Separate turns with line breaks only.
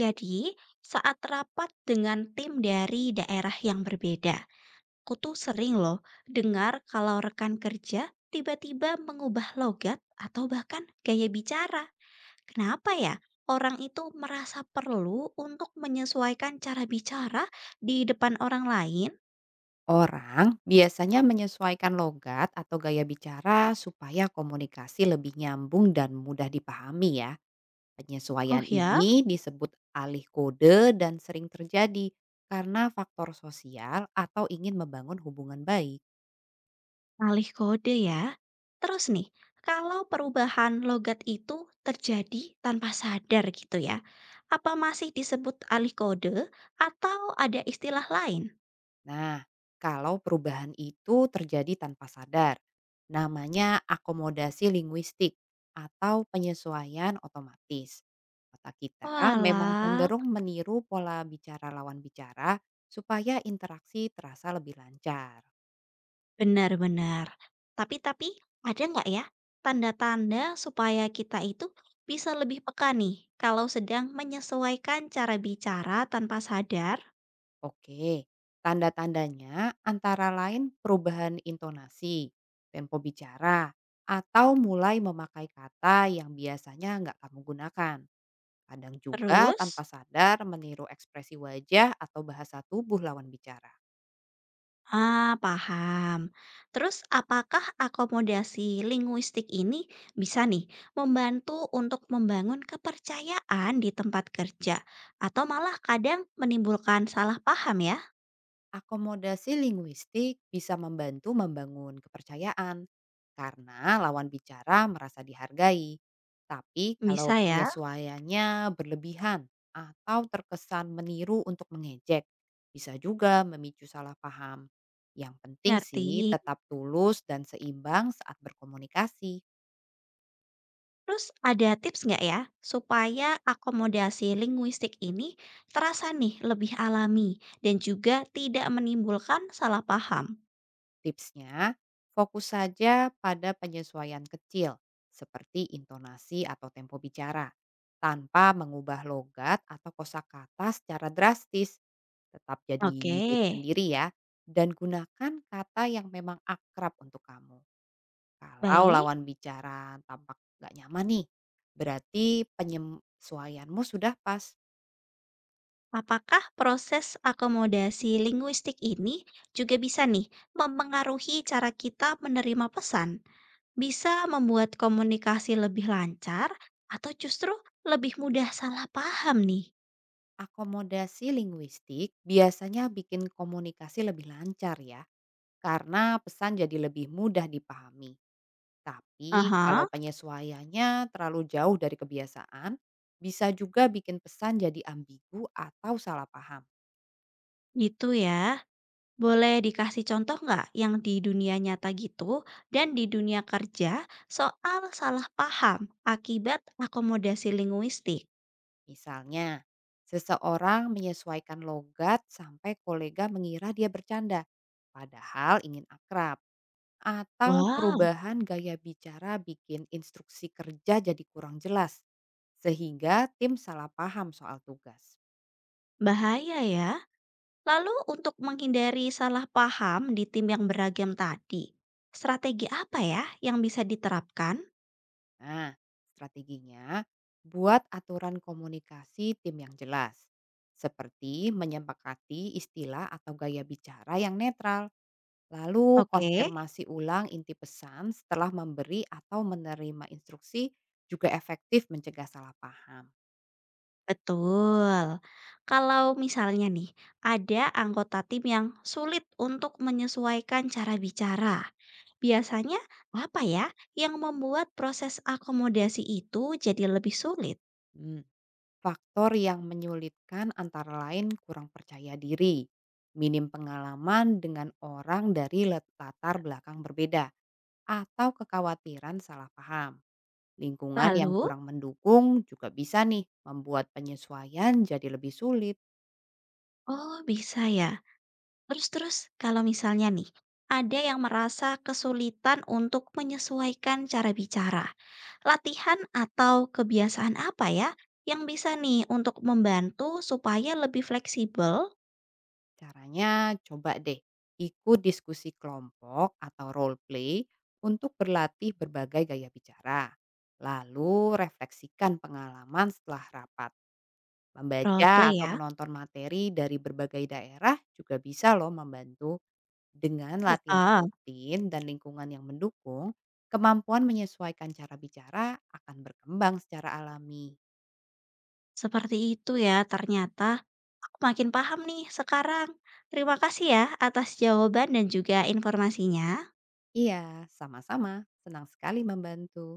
Jadi, saat rapat dengan tim dari daerah yang berbeda, aku tuh sering loh dengar kalau rekan kerja tiba-tiba mengubah logat atau bahkan gaya bicara. Kenapa ya? Orang itu merasa perlu untuk menyesuaikan cara bicara di depan orang lain.
Orang biasanya menyesuaikan logat atau gaya bicara supaya komunikasi lebih nyambung dan mudah dipahami ya.
Oh
Penyesuaian
ya,
ini disebut alih kode dan sering terjadi karena faktor sosial atau ingin membangun hubungan baik.
alih kode ya. Terus nih, kalau perubahan logat itu terjadi tanpa sadar gitu ya, apa masih disebut alih kode atau ada istilah lain?
Nah, kalau perubahan itu terjadi tanpa sadar, namanya akomodasi linguistik atau penyesuaian otomatis. Otak kita memang
Walah,
cenderung meniru pola bicara lawan bicara supaya interaksi terasa lebih lancar.
benar-benar. Tapi ada nggak ya tanda-tanda supaya kita itu bisa lebih peka nih kalau sedang menyesuaikan cara bicara tanpa sadar?
Oke, tanda-tandanya antara lain perubahan intonasi, tempo bicara, atau mulai memakai kata yang biasanya nggak kamu gunakan. Kadang juga tanpa
Terus?
sadar meniru ekspresi wajah atau bahasa tubuh lawan bicara.
Ah, paham. Terus, apakah akomodasi linguistik ini bisa nih membantu untuk membangun kepercayaan di tempat kerja, atau malah kadang menimbulkan salah paham ya?
Akomodasi linguistik bisa membantu membangun kepercayaan karena lawan bicara merasa dihargai. Tapi kalau
Bisa ya,
penyesuaiannya berlebihan atau terkesan meniru untuk mengejek, bisa juga memicu salah paham. Yang penting
ngerti.
sih tetap tulus dan seimbang saat berkomunikasi.
Terus, ada tips nggak ya supaya akomodasi linguistik ini terasa nih lebih alami dan juga tidak menimbulkan salah paham?
Tipsnya, fokus saja pada penyesuaian kecil seperti intonasi atau tempo bicara tanpa mengubah logat atau kosakata secara drastis. Tetap
Oke,
jadi diri sendiri ya dan gunakan kata yang memang akrab untuk kamu. Kalau
baik.
lawan bicara tampak nggak nyaman nih, berarti penyesuaianmu sudah pas.
Apakah proses akomodasi linguistik ini juga bisa nih mempengaruhi cara kita menerima pesan? Bisa membuat komunikasi lebih lancar atau justru lebih mudah salah paham nih?
Akomodasi linguistik biasanya bikin komunikasi lebih lancar ya. Karena pesan jadi lebih mudah dipahami. Tapi kalau
Aha,
penyesuaiannya terlalu jauh dari kebiasaan, bisa juga bikin pesan jadi ambigu atau salah paham.
gitu ya. Boleh dikasih contoh nggak yang di dunia nyata gitu dan di dunia kerja soal salah paham akibat akomodasi linguistik?
Misalnya, seseorang menyesuaikan logat sampai kolega mengira dia bercanda, padahal ingin akrab. Atau
Wah,
perubahan gaya bicara bikin instruksi kerja jadi kurang jelas, sehingga tim salah paham soal tugas.
bahaya ya. Lalu untuk menghindari salah paham di tim yang beragam tadi, strategi apa ya yang bisa diterapkan?
Nah, strateginya buat aturan komunikasi tim yang jelas, seperti menyepakati istilah atau gaya bicara yang netral, lalu
Oke,
konfirmasi ulang inti pesan setelah memberi atau menerima instruksi juga efektif mencegah salah paham.
betul. Kalau misalnya nih, ada anggota tim yang sulit untuk menyesuaikan cara bicara. Biasanya apa ya yang membuat proses akomodasi itu jadi lebih sulit?
Hmm, faktor yang menyulitkan antara lain kurang percaya diri, minim pengalaman dengan orang dari latar belakang berbeda, atau kekhawatiran salah paham. Lingkungan yang
Lalu,
kurang mendukung juga bisa nih membuat penyesuaian jadi lebih sulit.
oh bisa ya. Terus terus kalau misalnya nih, ada yang merasa kesulitan untuk menyesuaikan cara bicara. Latihan atau kebiasaan apa ya yang bisa nih untuk membantu supaya lebih fleksibel
Caranya coba deh ikut diskusi kelompok atau role play untuk berlatih berbagai gaya bicara. Lalu refleksikan pengalaman setelah rapat.
role
Membaca
play
atau
ya?
menonton materi dari berbagai daerah juga bisa loh membantu. Dengan latihan
Ah,
rutin dan lingkungan yang mendukung, kemampuan menyesuaikan cara bicara akan berkembang secara alami.
seperti itu ya ternyata. Aku makin paham nih sekarang. Terima kasih ya atas jawaban dan juga informasinya.
Iya, sama-sama. Senang sekali membantu.